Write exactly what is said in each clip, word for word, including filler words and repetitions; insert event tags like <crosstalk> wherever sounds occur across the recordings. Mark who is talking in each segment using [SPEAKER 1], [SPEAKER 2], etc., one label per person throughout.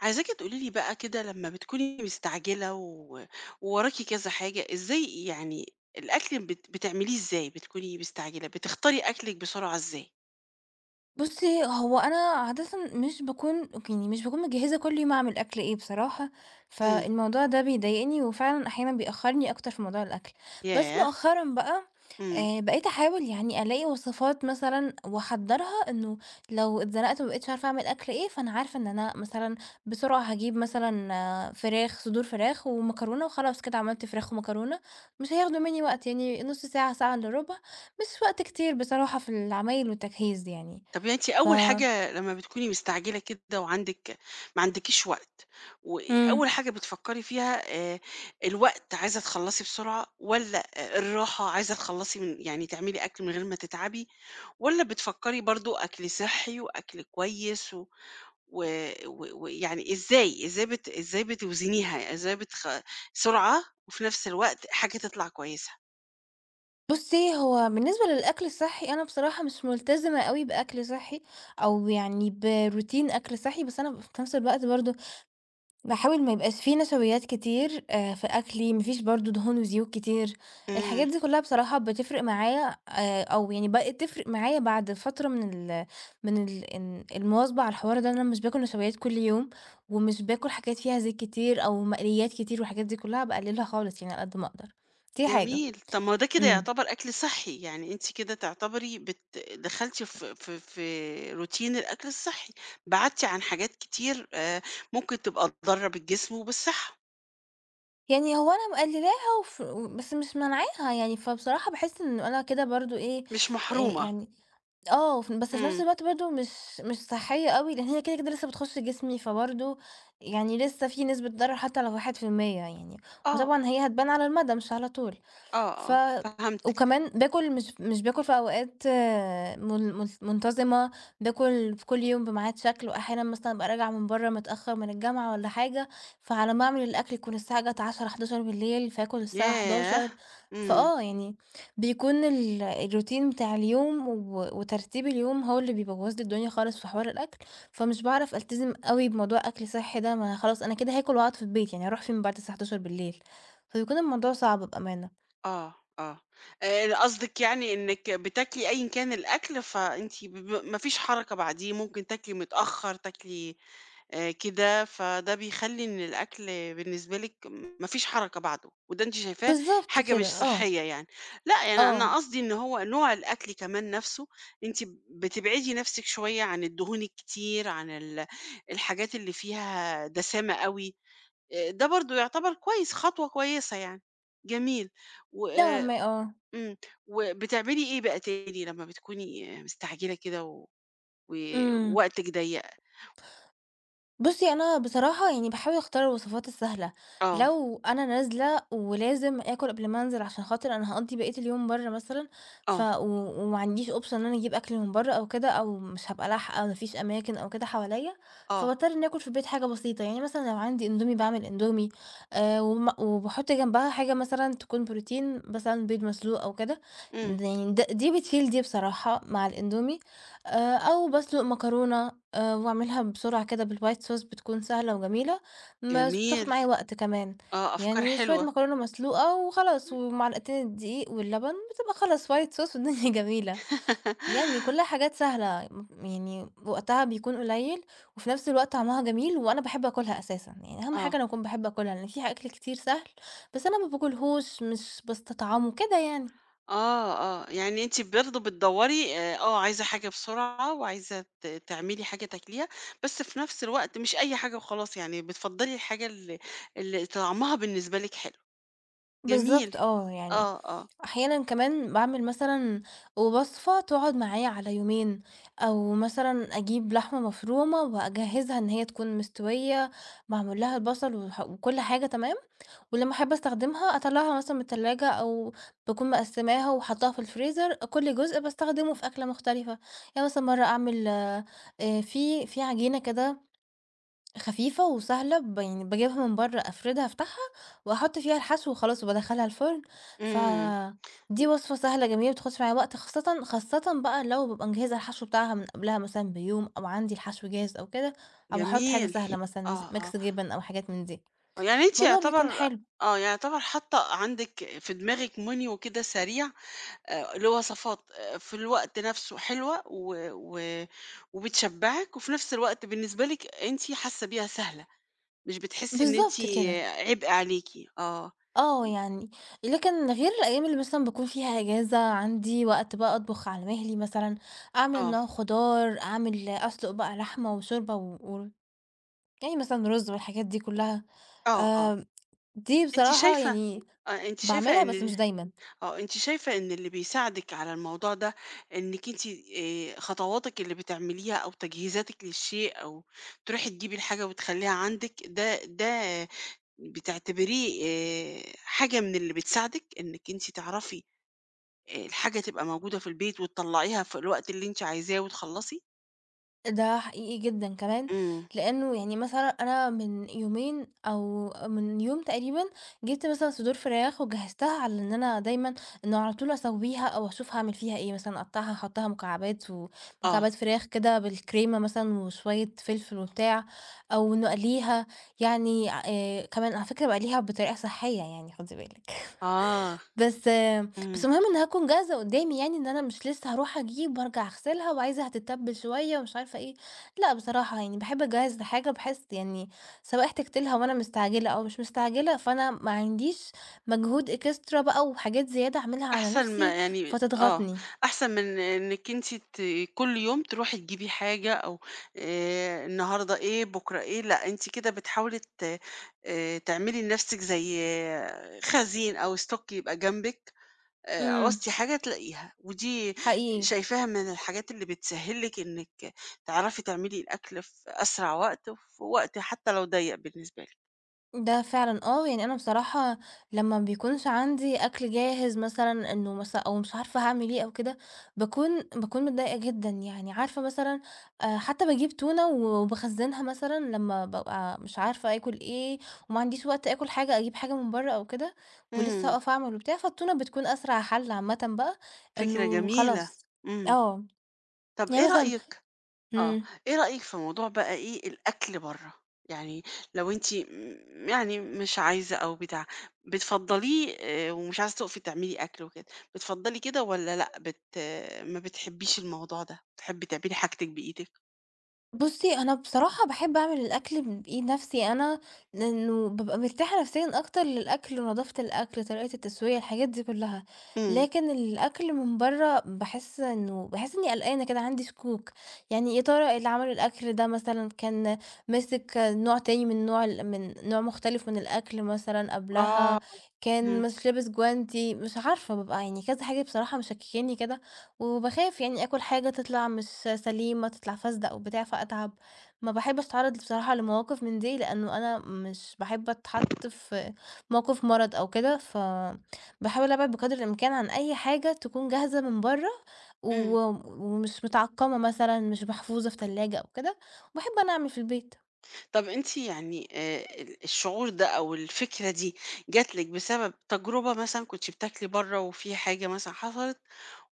[SPEAKER 1] عايزاكِ تقولي لي بقى كده لمّا بتكوني مستعجلة و ووراكِ كذا حاجة، إزاي يعني الأكل بت بتعمليه إزاي بتكوني مستعجلة، بتختاري أكلِك بسرعة إزاي؟
[SPEAKER 2] بُصّي، هو أنا عادةً مش باكون يعني مش باكون مجهّزة كل يوم أعمل أكل إيه بصراحة،
[SPEAKER 1] إمم.
[SPEAKER 2] فالموضوع ده بيضايقني وفعلًا أحيانًا بيأخّرني أكتر في موضوع الأكل، بس
[SPEAKER 1] ياه!
[SPEAKER 2] مؤخرًا بقى
[SPEAKER 1] إمم.
[SPEAKER 2] آآ بقيت أحاول يعني ألاقي وصفات مثلًا وأحضّرها إنه لو اتزنقت وما بقيتش عارفة أعمل أكل إيه، فأنا عارفة إن أنا مثلًا بسرعة هاجيب مثلًا آه، فراخ صدور فراخ ومكرونة وخلاص كده عملت فراخ ومكرونة، مش هياخدوا منّي وقت يعني نُص ساعة، ساعة إلا ربع، مش وقت كتير بصراحة في العمايل والتجهيز يعني.
[SPEAKER 1] طب يعني أنتِ
[SPEAKER 2] ف
[SPEAKER 1] أول حاجة لمّا بتكوني مستعجلة كده وعندِك ما عندكيش وقت، وأول
[SPEAKER 2] إمم.
[SPEAKER 1] حاجة بتفكّري فيها آآ الوقت عايزة تخلّصي بسرعة والّا آآ الراحة عايزة تخلّصي من يعني تعملي أكل من غير ما تتعبي والّا بتفكّري برضه أكل صحّي وأكل كويس و و و ويعني إزاي، إزاي بت إزاي بتوزنيها، إزاي بتخ سرعة وفي نفس الوقت حاجة تطلع كويسة.
[SPEAKER 2] بُصّي، هو بالنسبة للأكل الصحّي، أنا بصراحة مش ملتزمة أوي بأكل صحّي أو يعني بروتين أكل صحّي، بس أنا في نفس الوقت برضه باحاول ما يبقاش في نشويات كتير آآ في أكلي، ما فيش برضه دهون وزيوت كتير،
[SPEAKER 1] إمم.
[SPEAKER 2] الحاجات دي كلّها بصراحة بتفرق معايا آآ أو يعني بقت تفرق معايا بعد فترة من ال من ال إن المواظبة على الحوار ده، إن أنا مش باكل نشويات كل يوم ومش باكل حاجات فيها زيت كتير أو مقليات كتير والحاجات دي كلّها، باقللها خالص يعني على قد ما أقدر، دي حاجة.
[SPEAKER 1] جميل، طب ما هو ده كده
[SPEAKER 2] إمم.
[SPEAKER 1] يعتبر أكل صحّي، يعني أنتِ كده تعتبري بت دخلتِ في في في روتين الأكل الصحّي، بعدتِ عن حاجات كتير آآ، ممكن تبقى تضر بالجسم وبالصحة،
[SPEAKER 2] يعني هو أنا مقللاها وف بس مش مانعاها يعني، فبصراحة باحس إنه أنا كده برضه إيه،
[SPEAKER 1] مش
[SPEAKER 2] آآ
[SPEAKER 1] محرومة.
[SPEAKER 2] يعني آه، ف بس في نفس
[SPEAKER 1] إمم،
[SPEAKER 2] الوقت برضه مش مش صحّية أوي، لإن هي كده، كده لسه بتخش جسمي، فبرضه يعني لسه في نسبة ضرر حتى لو واحد في المية يعني،
[SPEAKER 1] آه،
[SPEAKER 2] وطبعًا هي هتبان على المدى مش على طول.
[SPEAKER 1] آه،
[SPEAKER 2] ف
[SPEAKER 1] آه، فهمتِك،
[SPEAKER 2] وكمان باكل مش مش باكل في أوقات من من منتظمة، باكل في كل يوم بميعاد شكل، وأحيانًا مثلًا أبقى راجعة من برّه متأخر من الجامعة والّا حاجة، فعلى ما أعمل الأكل تكون الساعة جات العاشرة، الحادية عشرة فآكل الساعة
[SPEAKER 1] ياه!
[SPEAKER 2] الحادية عشرة
[SPEAKER 1] إمم.
[SPEAKER 2] فآه يعني بيكون ال الروتين بتاع اليوم و وترتيب اليوم هو اللي بيبوظ لي الدنيا خالص في حوار الأكل، فمش باعرف ألتزم أوي بموضوع أكل صحي ده، ما خلاص أنا كده هاكل وأقعد في البيت، يعني هاروح فين بعد الساعة الحادية عشرة؟ فبيكون الموضوع صعب بأمانة.
[SPEAKER 1] آه، آه. آآ قصدِك يعني إنِّك بتاكلي أيًا كان الأكل، فأنتِ ب ب ما فيش حركة بعديه، ممكن تاكلي متأخّر، تاكلي آآ كده، فده بيخلّي إن الأكل بالنسبة لِك ما فيش حركة بعده، وده أنتِ شايفاه
[SPEAKER 2] بالضبط
[SPEAKER 1] حاجة مش
[SPEAKER 2] كده، آه،
[SPEAKER 1] صحّية يعني. لأ، يعني أنا
[SPEAKER 2] آه،
[SPEAKER 1] قصدي إن هو نوع الأكل كمان نَفْسه، أنتِ بتبعدي نَفْسِك شوية عن الدهون الكتير، عن ال الحاجات اللي فيها دسامة أوي، آآ ده برضه يعتبر كويس، خطوة كويسة يعني. جميل. و
[SPEAKER 2] نوعًا ما آه،
[SPEAKER 1] إمم، وبتعملي إيه بقى تاني لمّا بتكوني مستعجلة كده و
[SPEAKER 2] إمم.
[SPEAKER 1] ووقتِك ضيّق؟
[SPEAKER 2] بُصّي، أنا بصراحة يعني باحاول أختار الوصفات السهلة،
[SPEAKER 1] آه،
[SPEAKER 2] لو أنا نازلة ولازم آكل قبل ما أنزل عشان خاطر أنا هاقضّي بقية اليوم برّه مثلًا، ف
[SPEAKER 1] آه،
[SPEAKER 2] و وما عنديش option إن أنا أجيب أكل من برّه أو كده، أو مش هابقى لاحقة ما فيش أماكن أو كده حواليّا،
[SPEAKER 1] آه،
[SPEAKER 2] فباضطر إنّي آكل في البيت حاجة بسيطة، يعني مثلًا لو عندي إندومي باعمل إندومي، آآ، وم وباحط جنبها حاجة مثلًا تكون بروتين مثلًا بيض مسلوق أو كده،
[SPEAKER 1] إمم،
[SPEAKER 2] د يعني د دي بتشيل دي بصراحة مع الإندومي، آآ، أو باسلق مكرونة آآ واعملها بسرعة كده بالwhite sauce بتكون سهلة وجميلة، مش بتاخد
[SPEAKER 1] جميل،
[SPEAKER 2] معايا وقت كمان،
[SPEAKER 1] آه، أفكار
[SPEAKER 2] يعني شوية
[SPEAKER 1] حلوة.
[SPEAKER 2] مكرونة مسلوقة وخلاص، ومعلقتين الدقيق واللبن بتبقى خلاص white sauce والدنيا <laughs> جميلة، يعني
[SPEAKER 1] <laughs>
[SPEAKER 2] كلّها حاجات سهلة، م يعني وقتها بيكون قليل، وفي نفس الوقت طعمها جميل، وأنا باحب آكلها أساسًا، يعني أهم حاجة
[SPEAKER 1] آه،
[SPEAKER 2] أنا أكون باحب آكلها، لإن في أكل كتير سهل، بس أنا ما باكلهوش، مش باستطعمه، كده يعني.
[SPEAKER 1] آه، آه، يعني أنتِ برضه بتدوّري آآ، آه، عايزة حاجة بسرعة وعايزة ت تعملي حاجة تاكليها، بس في نفس الوقت مش أي حاجة وخلاص، يعني بتفضّلي الحاجة ال اللي طعمها بالنسبة لِك حلو، جميل،
[SPEAKER 2] بالضبط آه، يعني
[SPEAKER 1] آه، آه،
[SPEAKER 2] أحيانًا كمان باعمل مثلًا وصفة تقعد معايا على يومين، أو مثلًا أجيب لحمة مفرومة وأجهزها إن هي تكون مستوية، معمول لها البصل وح وكل حاجة تمام، ولمّا أحب أستخدمها أطلعها مثلًا من التلاجة أو باكون مقسماها وحاطاها في الفريزر، كل جزء باستخدمه في أكلة مختلفة، يعني مثلًا مرة أعمل آآ، في في عجينة كده خفيفة وسهلة ب يعني باجيبها من برّه أفردها أفتحها وأحط فيها الحشو وخلاص وبادخّلها الفرن، ف
[SPEAKER 1] إمم،
[SPEAKER 2] دي وصفة سهلة جميلة ما بتاخدش معايا وقت خاصةً خاصةً بقى لو بابقى مجهّزة الحشو بتاعها من قبلها مثلًا بيوم أو عندي الحشو جاهز أو كده، أو باحط حاجة
[SPEAKER 1] جميل،
[SPEAKER 2] سهلة مثلًا مس
[SPEAKER 1] آه، آه.
[SPEAKER 2] ميكس جبن أو حاجات من دي،
[SPEAKER 1] آه، يعني أنتِ
[SPEAKER 2] الموضوع بيكون
[SPEAKER 1] يعتبر
[SPEAKER 2] حلو.
[SPEAKER 1] آه، يعني يعتبر حاطة عندِك في دماغِك menu كده سريع آآ، لوصفات آآ، في الوقت نفسه حلوة و و وبتشبعِك، وفي نفس الوقت بالنسبة لِك أنتِ حاسة بيها سهلة، مش بتحسي إن أنتِ
[SPEAKER 2] بالضبط كده،
[SPEAKER 1] عبء عليكِ. آه،
[SPEAKER 2] آه يعني لكن غير الأيام اللي مثلًا باكون فيها إجازة عندي وقت بقى أطبخ على مهلي مثلًا، أعمل
[SPEAKER 1] آه،
[SPEAKER 2] نوع خضار، أعمل أسلُق بقى لحمة وشوربة و و يعني مثلًا رُز والحاجات دي كلّها،
[SPEAKER 1] آه، آه،
[SPEAKER 2] آآ دي
[SPEAKER 1] أنتِ
[SPEAKER 2] بصراحة
[SPEAKER 1] شايفة
[SPEAKER 2] يعني
[SPEAKER 1] آه، أنتِ شايفة
[SPEAKER 2] باعملها بس
[SPEAKER 1] إن
[SPEAKER 2] مش دايمًا،
[SPEAKER 1] آه، أنتِ شايفة إن اللي بيساعدِك على الموضوع ده إنِّك أنتِ آآ، خطواتِك اللي بتعمليها أو تجهيزاتِك للشيء أو تروحي تجيبي الحاجة وتخلّيها عندِك، ده ده بتعتبريه آآ، حاجة من اللي بتساعدِك إنِّك أنتِ تعرفي آآ، الحاجة تبقى موجودة في البيت وتطلّعيها في الوقت اللي أنتِ عايزاه وتخلّصي؟
[SPEAKER 2] ده حقيقي جدًا كمان،
[SPEAKER 1] إمم،
[SPEAKER 2] لإنه يعني مثلًا أنا من يومين أو من يوم تقريبًا جِبت مثلًا صدور فراخ وجهّزتها على إن أنا دايمًا إنه على طول أسوّيها أو أشوف هاعمل فيها إيه، مثلًا أقطّعها أحطّها مكعبات
[SPEAKER 1] آه،
[SPEAKER 2] ومكعبات فراخ كده بالكريمة مثلًا وشوية فلفل وبتاع، أو إنه أقليها يعني آآ كمان على فكرة باقليها بطريقة صحية يعني خُدي بالِك.
[SPEAKER 1] آه،
[SPEAKER 2] بس
[SPEAKER 1] إمم.
[SPEAKER 2] بس المهم إنها تكون جاهزة قدّامي يعني، إن أنا مش لسه هاروح أجيب وأرجع أغسلها وعايزة هتتبّل شوية ومش عارفة إيه، لأ بصراحة يعني باحب أجهّز الحاجة بحيث يعني سواء احتجت لها وأنا مستعجلة أو مش مستعجلة، فأنا ما عنديش مجهود extra بقى وحاجات زيادة أعملها على
[SPEAKER 1] أحسن ما
[SPEAKER 2] نَفْسي
[SPEAKER 1] يعني آه،
[SPEAKER 2] فتضغطني.
[SPEAKER 1] أحسن من إنِّك أنتِ ت كل يوم تروحي تجيبي حاجة أو آآ النهارده إيه، بُكرة إيه، لأ، أنتِ كده بتحاولي ت آآ تعملي لنفسِك زي آه، خزين أو stock يبقى جنبِك، آآ
[SPEAKER 2] إمم،
[SPEAKER 1] عوزتِ حاجة تلاقيها، ودي
[SPEAKER 2] حقيقي.
[SPEAKER 1] شايفاها من الحاجات اللي بتسهِّل لِك إنِّك تعرفي تعملي الأكل في أسرع وقت وفي وقت حتى لو ضيّق بالنسبة لِك.
[SPEAKER 2] ده فعلًا آه، يعني أنا بصراحة لمّا ما بيكونش عندي أكل جاهز مثلًا إنه مثلًا أو مش عارفة هاعمل إيه أو كده، باكون باكون متضايقة جدًا يعني عارفة مثلًا آآ، حتى باجيب تونة وباخزّنها مثلًا لمّا بابقى مش عارفة آكل إيه وما عنديش وقت آكل حاجة، أجيب حاجة من برّه أو كده ولسه
[SPEAKER 1] إمم،
[SPEAKER 2] هاقف أعمل وبتاع، فالتونة بتكون أسرع حل عامةً بقى
[SPEAKER 1] فكرة
[SPEAKER 2] إنه
[SPEAKER 1] جميلة،
[SPEAKER 2] خلاص.
[SPEAKER 1] إمم.
[SPEAKER 2] آه،
[SPEAKER 1] طَب
[SPEAKER 2] يعني
[SPEAKER 1] إيه
[SPEAKER 2] مثلًا
[SPEAKER 1] رأيِك آه،
[SPEAKER 2] إمم.
[SPEAKER 1] إيه رأيِك في موضوع بقى إيه الأكل برّه؟ يعني لو أنتِ م يعني مش عايزة أو بتاع، بتفضّليه آآ ومش عايزة تُقفي تعملي أكل وكده، بتفضّلي كده والّا لأ بت آه، ما بتحبّيش الموضوع ده، بتحبّي تعملي حاجتِك بإيدِك؟
[SPEAKER 2] بُصّي، أنا بصراحة باحب أعمل الأكل ب بإيد نَفْسي أنا، لإنه بابقى مرتاحة نفسيًا أكتر للأكل ونضافة الأكل، طريقة التسوية، الحاجات دي كلّها.
[SPEAKER 1] إمم،
[SPEAKER 2] لكن الأكل من برّه باحس إنه باحس إنّي قلقانة كده، عندي شكوك، يعني يا ترى اللي عمل الأكل ده مثلًا كان ماسك نوع تاني من نوع ال من نوع مختلف من الأكل مثلًا
[SPEAKER 1] آه،
[SPEAKER 2] قبلها، كان
[SPEAKER 1] إمم،
[SPEAKER 2] مش لابس جوانتي، مش عارفة، بابقى يعني كذا حاجة بصراحة مشكّكاني كده، وباخاف يعني آكل حاجة تطلع مش سليمة، تطلع فاسدة أو بتاع فأتعب، ما باحبش أتعرّض بصراحة لمواقف من دي، لأنه أنا مش باحب أتحط في موقف مرض أو كده، فباحاول أبعد بقدر الإمكان عن أي حاجة تكون جاهزة من برّه، و
[SPEAKER 1] إمم.
[SPEAKER 2] ومش متعقّمة مثلًا، مش محفوظة في تلاجة أو كده، وباحب أنا أعمل في البيت.
[SPEAKER 1] طب أنتِ يعني آآ ال الشعور ده أو الفكرة دي جات لِك بسبب تجربة مثلًا كنتِ بتاكلي برّه وفي حاجة مثلًا حصلت،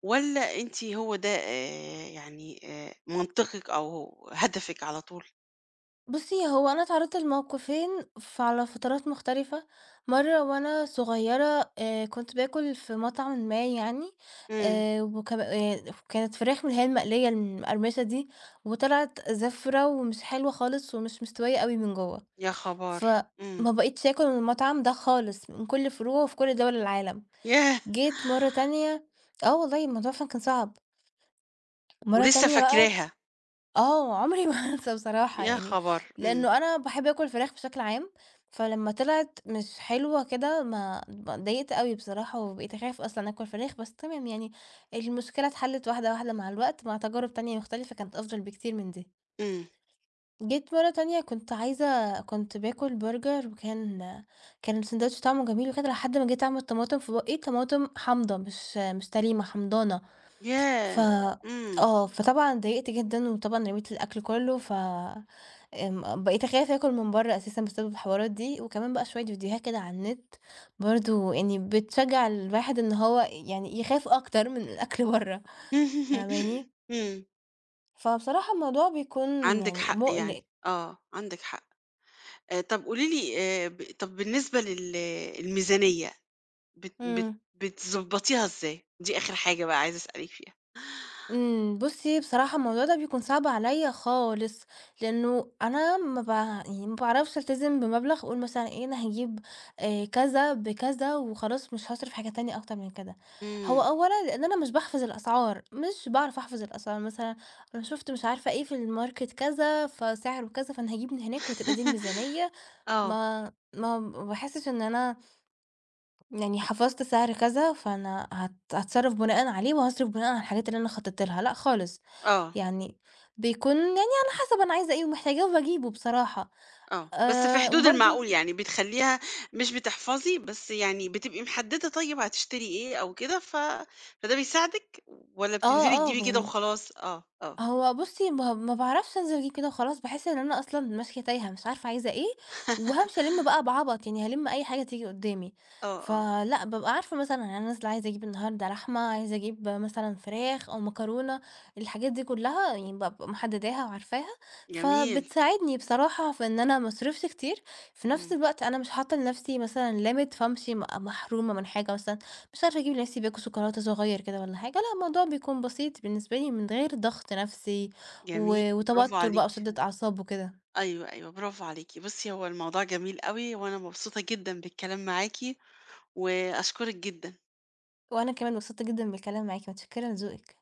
[SPEAKER 1] والّا أنتِ هو ده آآ يعني آآ منطقِك أو هدفِك على طول؟
[SPEAKER 2] بُصّي، هو أنا اتعرّضت لموقفين ف على فترات مختلفة، مرّة وأنا صغيّرة آآ كنت باكل في مطعمٍ ما يعني،
[SPEAKER 1] إمم،
[SPEAKER 2] آآ وكان آآ كانت فراخ من اللي هي المقلية المقرمشة دي، وطلعت زفرة ومش حلوة خالص ومش مستوية أوي من جوّه،
[SPEAKER 1] يا خبر!
[SPEAKER 2] فما
[SPEAKER 1] إمم،
[SPEAKER 2] بقيتش آكل من المطعم ده خالص من كل فروعه في كل دول العالم.
[SPEAKER 1] ياه!
[SPEAKER 2] جيت مرّة تانية آه والله الموضوع فعلًا كان صعب، مرّة
[SPEAKER 1] ولسه
[SPEAKER 2] تانية بقى
[SPEAKER 1] فاكراها،
[SPEAKER 2] آه، عمري ما هانسى بصراحة
[SPEAKER 1] يا
[SPEAKER 2] يعني،
[SPEAKER 1] خبر! إمم،
[SPEAKER 2] لإنه أنا باحب آكل فراخ بشكل عام، فلمّا طلعت مش حلوة كده ما ب اتضايقت أوي بصراحة، وبقيت أخاف أصلًا آكل فراخ، بس تمام يعني المشكلة اتحلت واحدة واحدة مع الوقت، مع تجارب تانية مختلفة كانت أفضل بكتير من دي.
[SPEAKER 1] إمم،
[SPEAKER 2] جيت مرة تانية كنت عايزة كنت باكل برجر وكان كان الساندوتش طعمه جميل وكده، لحد ما جيت أعمل طماطم في بُقّي، طماطم حامضة مش مش سليمة، حمضانة. ف
[SPEAKER 1] ياه! إمم،
[SPEAKER 2] آه، فطبعًا اتضايقت جدًا، وطبعًا رميت الأكل كلّه، ف آمم، بقيت أخاف آكل من برّه أساسًا بسبب الحوارات دي، وكمان بقى شوية فيديوهات كده على النت برضه يعني بتشجّع الواحد إن هو يعني يخاف أكتر من الأكل برّه،
[SPEAKER 1] <laughs>
[SPEAKER 2] فاهماني؟
[SPEAKER 1] إمم،
[SPEAKER 2] فبصراحة الموضوع بيكون
[SPEAKER 1] عندِك
[SPEAKER 2] يعني
[SPEAKER 1] حق يعني،
[SPEAKER 2] مُقلق.
[SPEAKER 1] آه، عندِك حق. آآ طب قولي لي آآ ب طب بالنسبة لل الميزانية بت بت
[SPEAKER 2] إمم.
[SPEAKER 1] بتضبّطيها إزاي؟ دي آخر حاجة بقى عايزة أسألِك فيها.
[SPEAKER 2] إمم، بُصّي بصراحة الموضوع ده بيكون صعب عليَّ خالص، لأنه أنا ما ب يعني ما باعرفش ألتزم بمبلغ أقول مثلًا إيه أنا هاجيب آآ كذا بكذا وخلاص مش هاصرف حاجة تانية أكتر من كده. هو
[SPEAKER 1] إمم.
[SPEAKER 2] أولًا لأن أنا مش باحفظ الأسعار، مش باعرف أحفظ الأسعار، مثلًا أنا شُفت مش عارفة إيه في الماركت كذا، فسعره كذا، فأنا هاجيب من هناك وتبقى دي
[SPEAKER 1] <laughs>
[SPEAKER 2] الميزانية،
[SPEAKER 1] آه،
[SPEAKER 2] ما ما ما باحسش إن أنا يعني حفظت سعر كذا، فأنا هات هاتصرّف بناءً عليه وهاصرف بناءً على الحاجات اللي أنا خطّيت لها، لأ خالص،
[SPEAKER 1] آه،
[SPEAKER 2] يعني بيكون يعني على حسب أنا عايزة إيه ومحتاجاه وباجيبه بصراحة.
[SPEAKER 1] آه، بس في
[SPEAKER 2] آآ
[SPEAKER 1] حدود
[SPEAKER 2] وبرضه
[SPEAKER 1] المعقول يعني بتخلّيها مش بتحفظي، بس يعني بتبقي محددة طيب هتشتري إيه أو كده، ف فده بيساعدِك والّا
[SPEAKER 2] آه،
[SPEAKER 1] بتنزلي
[SPEAKER 2] آه،
[SPEAKER 1] تجيبي كده
[SPEAKER 2] يعني
[SPEAKER 1] وخلاص؟ آه، آه.
[SPEAKER 2] هو بُصّي، ما ما باعرفش أنزل أجيب كده وخلاص، باحس إن أنا أصلًا ماشية تايهة، مش عارفة عايزة إيه، وهامشي ألِم
[SPEAKER 1] <laughs>
[SPEAKER 2] بقى بعبط، يعني هالِم أي حاجة تيجي قدّامي.
[SPEAKER 1] آه، آه،
[SPEAKER 2] فلأ، بابقى عارفة مثلًا يعني أنا نازلة عايزة أجيب النهارده لحمة، عايزة أجيب مثلًا فراخ أو مكرونة، الحاجات دي كلّها يعني بابقى محدّداها وعارفاها،
[SPEAKER 1] جميل،
[SPEAKER 2] فبتساعدني بصراحة في إن أنا ما أصرفش كتير، في نفس
[SPEAKER 1] إمم،
[SPEAKER 2] الوقت أنا مش حاطة لنفسي مثلًا limit فامشي م محرومة من حاجة مثلًا، مش عارفة أجيب لنفسي باكو شوكولاتة صغير كده والّا حاجة، لأ الموضوع بيكون بسيط بالنسبة لي من غير ضغط نفسي
[SPEAKER 1] جميل،
[SPEAKER 2] و
[SPEAKER 1] برافو
[SPEAKER 2] وتوتر بقى
[SPEAKER 1] عليكِ،
[SPEAKER 2] وشدة أعصاب وكده.
[SPEAKER 1] أيوه، أيوه، برافو عليكِ. بُصّي، هو الموضوع جميل أوي وأنا مبسوطة جدًا بالكلام معاكِ وأشكرِك جدًا.
[SPEAKER 2] وأنا كمان مبسوطة جدًا بالكلام معاكِ، متشكرة لذوقِك.